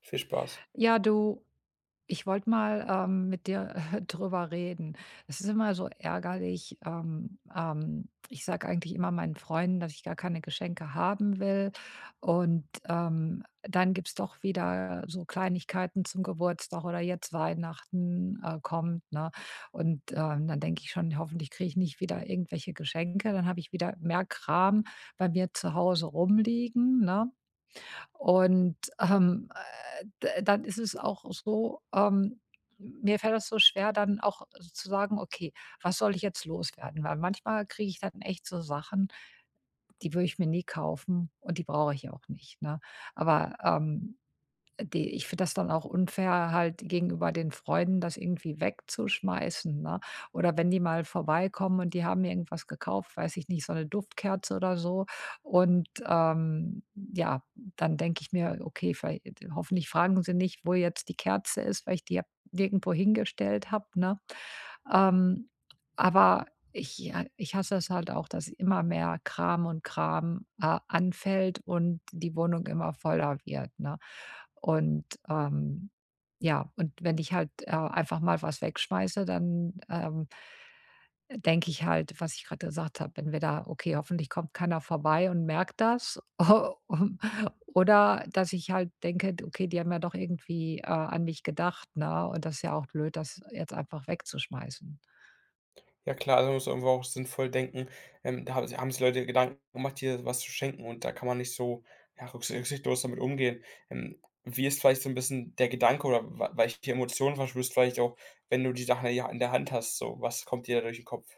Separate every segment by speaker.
Speaker 1: Viel Spaß.
Speaker 2: Ja, du, ich wollte mal mit dir drüber reden. Es ist immer so ärgerlich. Ich sage eigentlich immer meinen Freunden, dass ich gar keine Geschenke haben will. Und dann gibt es doch wieder so Kleinigkeiten zum Geburtstag oder jetzt Weihnachten kommt. Ne? Und dann denke ich schon, hoffentlich kriege ich nicht wieder irgendwelche Geschenke. Dann habe ich wieder mehr Kram bei mir zu Hause rumliegen. Ne? Und, d Dann ist es auch so, mir fällt das so schwer, dann auch zu sagen: „Okay, was soll ich jetzt loswerden?“ Weil manchmal kriege ich dann echt so Sachen, die würde ich mir nie kaufen und die brauche ich auch nicht, ne? Aber, die Ich finde das dann auch unfair halt gegenüber den Freunden, das irgendwie wegzuschmeißen, ne? Oder wenn die mal vorbeikommen und die haben mir irgendwas gekauft, weiß ich nicht, so eine Duftkerze oder so und, ja, dann denke ich mir: „Okay, viellei hoffentlich fragen sie nicht, wo jetzt die Kerze ist, weil ich die ja nirgendwo hingestellt habe“, ne? Ähm, aber ich ja, ich hasse es halt auch, dass immer mehr Kram und Kram, anfällt und die Wohnung immer voller wird, ne? Und, ja, und wenn ich halt, einfach mal was wegschmeiße, dann, denke ich halt, was ich gerade gesagt habe, entweder: „Okay, hoffentlich kommt keiner vorbei und merkt das.“ Oder dass ich halt denke: okay, die haben ja doch irgendwie, an mich gedacht, ne? Und das ist ja auch blöd, das jetzt einfach wegzuschmeißen.“
Speaker 1: Ja klar, also man muss irgendwo auch sinnvoll denken. Da haben sich Leute Gedanken gemacht, dir was zu schenken und da kann man nicht so, ja, rücksichtslos damit umgehen. Wie ist vielleicht so 'n bisschen der Gedanke oder wa welche Emotionen verspürst du vielleicht auch, wenn du die Sachen in die Ha in der Hand hast, so? Was kommt dir da durch den Kopf?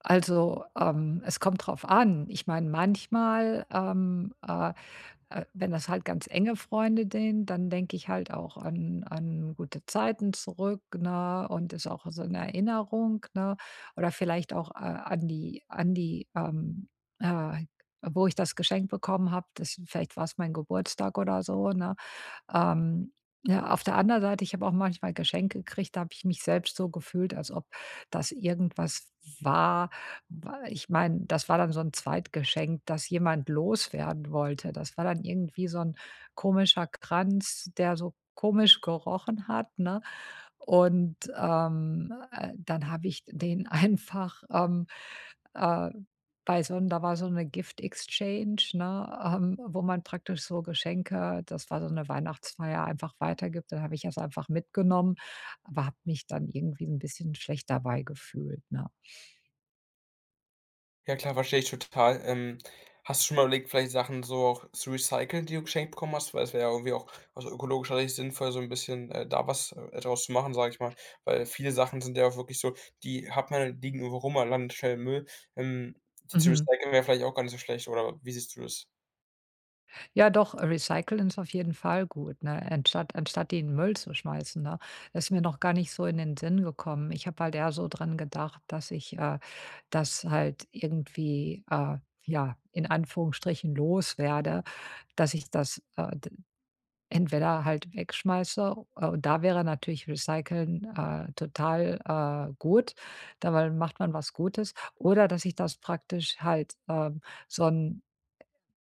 Speaker 2: Also, es kommt drauf an. Ich meine, manchmal, wenn das halt ganz enge Freunde sind, dann denke ich halt auch an gute Zeiten zurück, ne, und ist auch so eine Erinnerung, ne? Oder vielleicht auch, an die äh, wo ich das Geschenk bekommen habe. Das vielleicht war es mein Geburtstag oder so, ne? Ähm, ja, auf der anderen Seite, ich habe auch manchmal Geschenke gekriegt, da habe ich mich selbst so gefühlt, als ob das irgendwas war. Ich meine, das war dann so ein Zweitgeschenk, das jemand loswerden wollte. Das war dann irgendwie so ein komischer Kranz, der so komisch gerochen hat. Ne? Dann habe ich den einfach, äh, bei so 'n da war so 'ne Gift-Exchange, ne, wo man praktisch so Geschenke das war so 'ne Weihnachtsfeier, einfach weitergibt. Dann habe ich das einfach mitgenommen, aber habe mich dann irgendwie so 'n bisschen schlecht dabei gefühlt, ne?
Speaker 1: Ja klar, verstehe ich total. Hast du schon mal überlegt, vielleicht Sachen so auch zu recyceln, die du geschenkt bekommen hast? Weil es wäre ja irgendwie auch aus ökologischer Sicht sinnvoll, so ein bisschen, da was, draus zu machen, sage ich mal. Weil viele Sachen sind ja auch wirklich so, die hat man liegen irgendwo rum, man landet schnell im Müll. Ähm, die zu
Speaker 2: Mhm.
Speaker 1: recyceln wäre vielleicht auch gar nicht so schlecht, oder wie siehst du das?
Speaker 2: Ja, doch, recyceln ist auf jeden Fall gut, ne? Anstatt die in den Müll zu schmeißen, ne? Das ist mir noch gar nicht so in den Sinn gekommen. Ich habe halt eher so dran gedacht, dass ich, das halt irgendwie, ja, in Anführungsstrichen loswerde, dass ich das, d entweder halt wegschmeiße, und da wäre natürlich Recyceln, total, gut. Dabei macht man was Gutes. Oder dass ich das praktisch halt, so 'n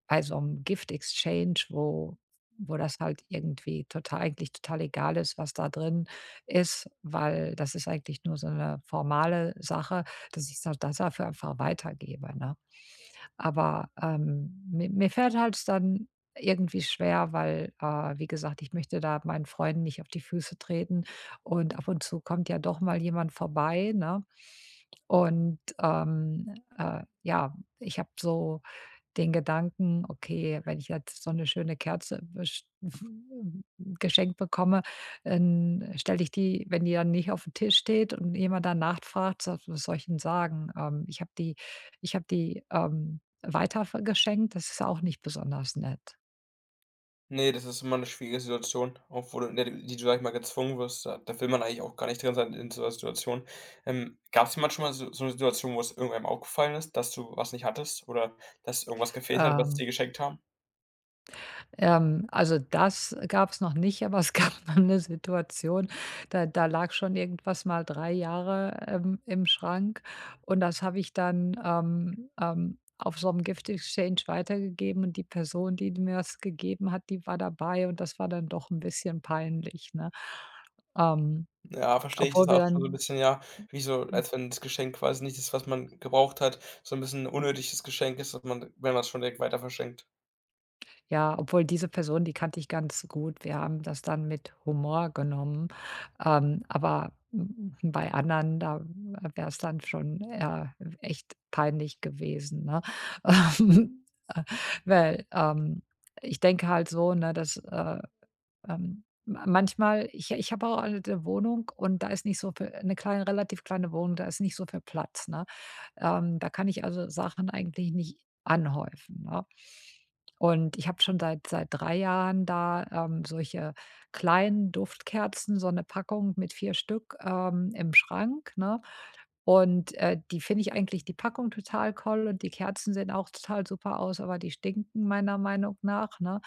Speaker 2: also so Gift-Exchange, wo das halt irgendwie total eigentlich total egal ist, was da drin ist, weil das ist eigentlich nur so eine formale Sache, dass ich das dafür einfach weitergebe, ne? Aber, mi Mir fällt halt dann irgendwie schwer, weil, wie gesagt, ich möchte da meinen Freunden nicht auf die Füße treten und ab und zu kommt ja doch mal jemand vorbei, ne? Und, ja, ich habe so den Gedanken: „Okay, wenn ich jetzt so eine schöne Kerze besch geschenkt bekomme, dann stelle ich die wenn die dann nicht auf dem Tisch steht und jemand dann nachfragt, so: „Was soll ich denn sagen? Ich habe die weiter geschenkt.“ Das ist auch nicht besonders nett.
Speaker 1: Ne, das ist immer eine schwierige Situation, obwohl in der du die du, sag ich mal, gezwungen wirst. Da will man eigentlich auch gar nicht drin sein in so einer Situation. Gab es jemand schon mal so 'ne Situation, wo es irgendwem aufgefallen ist, dass du was nicht hattest oder dass irgendwas gefehlt hat, was sie
Speaker 2: Ähm
Speaker 1: geschenkt haben?
Speaker 2: Also das gab es noch nicht, aber es gab mal 'ne Situation, da lag schon irgendwas mal 3 Jahre, im Schrank und das habe ich dann, auf so einem Gift-Exchange weitergegeben und die Person, die mir das gegeben hat, die war dabei und das war dann doch ein bisschen peinlich, ne? Ähm,
Speaker 1: Ja, verstehe ich. Das
Speaker 2: obwohl wir
Speaker 1: auch schon so ein
Speaker 2: dann
Speaker 1: bisschen, ja, wie so, als wenn das Geschenk quasi nicht ist, was man gebraucht hat, so ein bisschen ein unnötiges Geschenk ist, dass man, wenn man's schon direkt weiter verschenkt.
Speaker 2: Ja, obwohl diese Person, die kannte ich ganz gut. Wir haben das dann mit Humor genommen, aber m bei anderen, da wäre es dann schon, echt peinlich gewesen, ne? Ähm, äh, Weil, ich denke halt so, ne, dass, ma manchmal ich habe auch eine Wohnung und da ist nicht so viel eine kleine relativ kleine Wohnung, da ist nicht so viel Platz, ne? Da kann ich also Sachen eigentlich nicht anhäufen, ne? Und ich habe schon seit 3 Jahren da, solche kleinen Duftkerzen, so eine Packung mit 4 Stück, im Schrank, ne? Und, die finde ich eigentlich die Packung total toll und die Kerzen sehen auch total super aus, aber die stinken meiner Meinung nach, ne?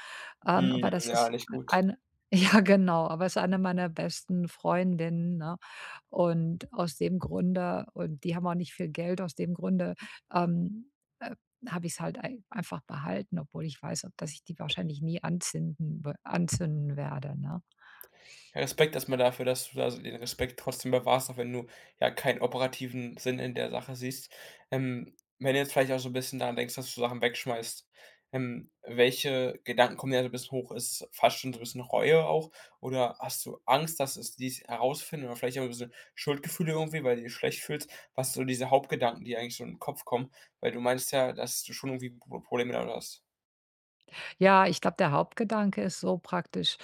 Speaker 2: Aber
Speaker 1: Mhm,
Speaker 2: das
Speaker 1: ja,
Speaker 2: ist
Speaker 1: nicht gut.
Speaker 2: ein ja genau, aber es ist eine meiner besten Freundinnen, ne? Und aus dem Grunde und Die haben auch nicht viel Geld, aus dem Grunde, ähm, äh, habe ich's halt ei einfach behalten, obwohl ich weiß, dass ich die wahrscheinlich nie anzünden werde, ne?
Speaker 1: Ja, Respekt erst mal dafür, dass du da so den Respekt trotzdem bewahrst, auch wenn du ja keinen operativen Sinn in der Sache siehst. Wenn du jetzt vielleicht auch so ein bisschen daran denkst, dass du Sachen wegschmeißt, welche Gedanken kommen dir da so ein bisschen hoch? Ist es fast schon so ein bisschen Reue auch oder hast du Angst, dass es die's herausfinden oder vielleicht auch ein bisschen Schuldgefühle irgendwie, weil du dich schlecht fühlst? Was sind so diese Hauptgedanken, die eigentlich so in den Kopf kommen? Weil du meinst ja, dass du schon irgendwie Probleme damit hast.
Speaker 2: Ja, ich glaube, der Hauptgedanke ist so praktisch,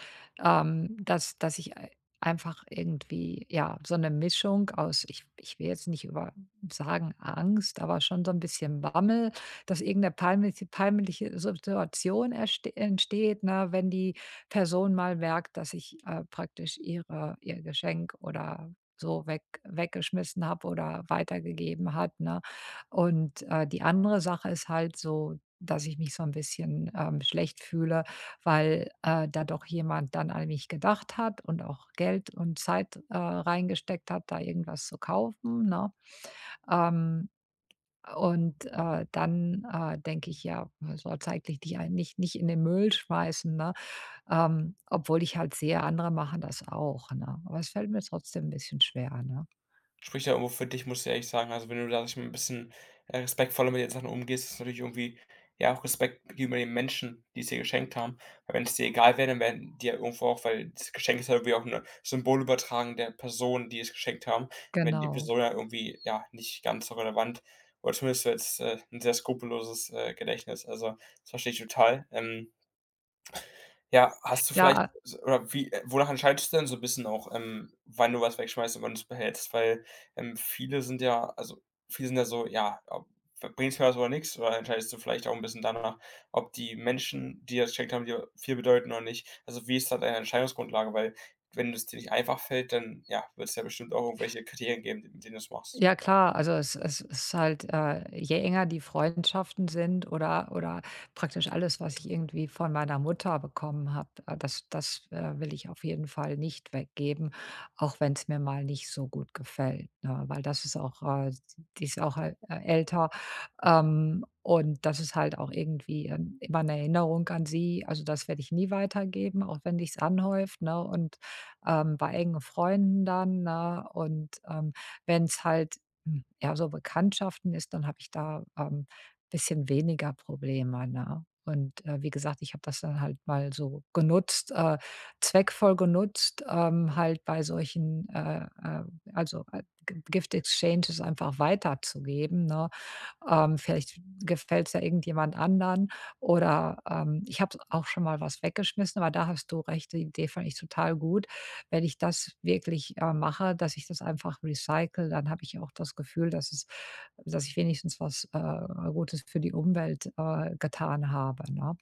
Speaker 2: dass dass ich ei einfach irgendwie, ja, so eine Mischung aus ich will jetzt nicht über sagen Angst, aber schon so ein bisschen Bammel, dass irgendeine 'ne peinliche Situation erste entsteht, ne, wenn die Person mal merkt, dass ich, praktisch ihr Geschenk oder so weggeschmissen habe oder weitergegeben hat, ne? Und, die andere Sache ist halt so dass ich mich so ein bisschen, schlecht fühle, weil, da doch jemand dann an mich gedacht hat und auch Geld und Zeit, reingesteckt hat, da irgendwas zu kaufen, ne? Ähm, Dann, denke ich: „Ja, man soll's eigentlich nicht ein nicht nicht in den Müll schmeißen“, ne? Obwohl ich halt sehe, andere machen das auch, ne? Aber es fällt mir trotzdem ein bisschen schwer, ne?
Speaker 1: Spricht ja irgendwo für dich, muss ich ehrlich sagen. Also, wenn du da, sage ich mal, ein bisschen, respektvoller mit den Sachen umgehst, ist es natürlich irgendwie, ja, auch Respekt gegenüber den Menschen, die es dir geschenkt haben. Weil wenn es dir egal wäre, dann wären die ja irgendwo auch weil das Geschenk ist ja irgendwie auch 'ne Symbolübertragung der Person, die es geschenkt haben. Wenn die
Speaker 2: Genau.
Speaker 1: Person ja irgendwie, ja, nicht ganz so relevant oder zumindest so jetzt, 'n sehr skrupelloses, Gedächtnis. Also, das verstehe ich total. Ja, hast du vielleicht
Speaker 2: Ja,
Speaker 1: oder wie wonach entscheidest du denn so ein bisschen auch, wann du was wegschmeißt und wann du es behältst? Weil, viele sind ja also, viele sind ja so: „Ja, ob mir was oder nichts, Oder entscheidest du vielleicht auch ein bisschen danach, ob die Menschen, die das gecheckt haben, dir viel bedeuten oder nicht? Also, wie ist da deine Entscheidungsgrundlage? Weil wenn es dir nicht einfach fällt, dann, ja, wird es ja bestimmt auch irgendwelche Kriterien geben, mit denen du es machst.
Speaker 2: ja klar, also es ist halt, je enger die Freundschaften sind oder praktisch alles, was ich irgendwie von meiner Mutter bekommen habe, will ich auf jeden Fall nicht weggeben, auch wenn es mir mal nicht so gut gefällt, ne? Weil das ist auch, die ist auch, älter, und das ist halt auch irgendwie, immer 'ne Erinnerung an sie. Also, das werde ich nie weitergeben, auch wenn sich's anhäuft, ne? Und, bei engen Freunden dann, ne? Und, wenn es halt, eher so Bekanntschaften ist, dann habe ich da, bisschen weniger Probleme, ne? Und, wie gesagt, ich habe das dann halt mal so genutzt, zweckvoll genutzt, halt bei solchen, also, G Gift Exchanges einfach weiterzugeben, ne? Vielleicht gefällt es ja irgendjemand anderen oder, ich habe auch schon mal was weggeschmissen, aber da hast du recht, die Idee fand ich total gut. Wenn ich das wirklich, mache, dass ich das einfach recycle, dann habe ich auch das Gefühl, dass es dass ich wenigstens was, Gutes für die Umwelt, getan habe, ne?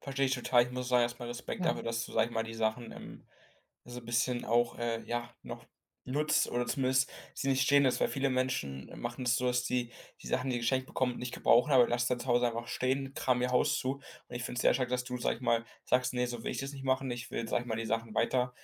Speaker 1: Verstehe ich total. Ich muss sagen, erstmal Respekt
Speaker 2: Ja,
Speaker 1: dafür, dass du, sag ich mal, die Sachen, so ein bisschen auch, ja, noch nutzt oder zumindest sie nicht stehen lässt, weil viele Menschen machen es so, dass die Sachen, die sie geschenkt bekommen, nicht gebrauchen, aber lassen dann zu Hause einfach stehen, kramen ihr Haus zu. Und ich finde es sehr stark, dass du, sag ich mal, sagst: nee, so will ich das nicht machen. Ich will, sag ich mal, die Sachen weiter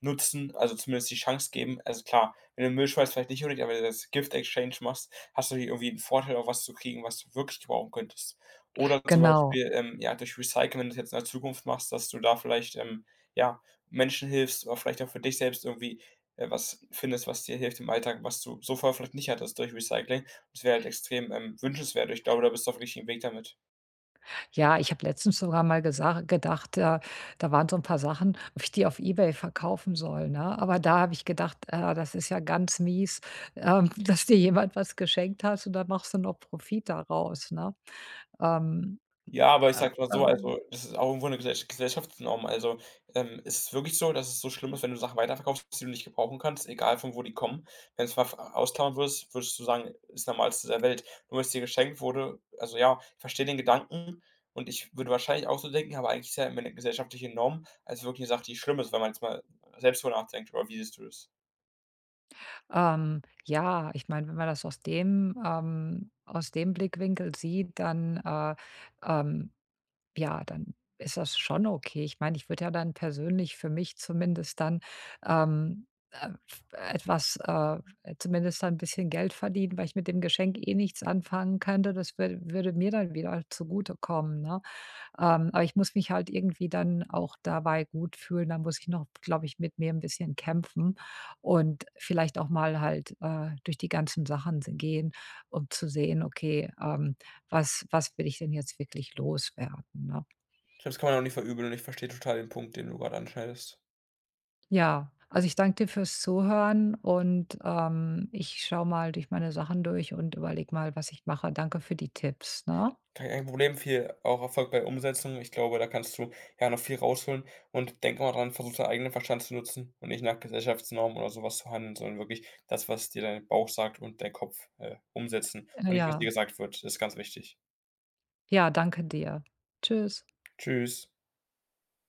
Speaker 1: nutzen, also zumindest die Chance geben. Also klar, wenn du Müll schmeißt, vielleicht nicht unbedingt, aber wenn du das Gift-Exchange machst, hast du hier irgendwie einen Vorteil, auch was zu kriegen, was du wirklich brauchen könntest. Oder zum
Speaker 2: genau.
Speaker 1: Beispiel, ja, durch Recycling wenn du's jetzt in der Zukunft machst, dass du da vielleicht, ja, Menschen hilfst oder vielleicht auch für dich selbst irgendwie, was findest, was dir hilft im Alltag, was du so vorher vielleicht nicht hattest durch Recycling. Das wäre halt extrem, wünschenswert. Ich glaube, da bist du auf dem richtigen Weg damit.
Speaker 2: Ja, ich habe letztens sogar mal gesa gedacht, da waren so ein paar Sachen, ob ich die auf eBay verkaufen soll, ne? Aber da habe ich gedacht: „Ah, das ist ja ganz mies, dass dir jemand was geschenkt hast und dann machst du noch Profit daraus“, ne? Ähm,
Speaker 1: Ja, aber ich
Speaker 2: äh,
Speaker 1: sage mal so, also,
Speaker 2: ähm,
Speaker 1: das ist auch irgendwo eine Gesellschaftsnorm. Also, ist es wirklich so, dass es so schlimm ist, wenn du Sachen weiterverkaufst, die du nicht gebrauchen kannst, egal von wo die kommen. Wenn du es mal f ausklammern würdest, würdest du sagen, ist Normalste der Welt. Nur weil es dir geschenkt wurde also ja, ich verstehe den Gedanken und ich würde wahrscheinlich auch so denken, aber eigentlich ist ja immer eine gesellschaftliche Norm als wirklich eine Sache, die schlimm ist, wenn man jetzt mal selbst drüber nachdenkt, oder wie siehst du das?
Speaker 2: ja, ich meine, wenn man das aus dem Blickwinkel sieht, dann, ähm ja, dann ist das schon okay. Ich meine, ich würde ja dann persönlich für mich zumindest dann, f etwas, zumindest dann ein bisschen Geld verdienen, weil ich mit dem Geschenk eh nichts anfangen könnte. Das wür Würde mir dann wieder zugutekommen, ne? Aber ich muss mich halt irgendwie dann auch dabei gut fühlen. Da muss ich noch, glaube ich, mit mir ein bisschen kämpfen und vielleicht auch mal halt, durch die ganzen Sachen se gehen, um zu sehen: „Okay, was will ich denn jetzt wirklich loswerden“, ne?
Speaker 1: Ich glaube, das kann man auch nicht verübeln und ich verstehe total den Punkt, den du gerade anschneidest.
Speaker 2: Ja, also ich danke dir fürs Zuhören und, ich schaue mal durch meine Sachen durch und überlege mal, was ich mache. Danke für die Tipps, ne?
Speaker 1: Ke kein Problem, viel auch Erfolg bei Umsetzung. Ich glaube, da kannst du, ja, noch viel rausholen und denk immer dran, versuch deinen eigenen Verstand zu nutzen und nicht nach Gesellschaftsnormen oder sowas zu handeln, sondern wirklich das, was dir dein Bauch sagt und dein Kopf, umsetzen und nicht, was dir
Speaker 2: Ja.
Speaker 1: gesagt wird. Das ist ganz wichtig.
Speaker 2: Ja, danke dir. Tschüss.
Speaker 1: Tschüss.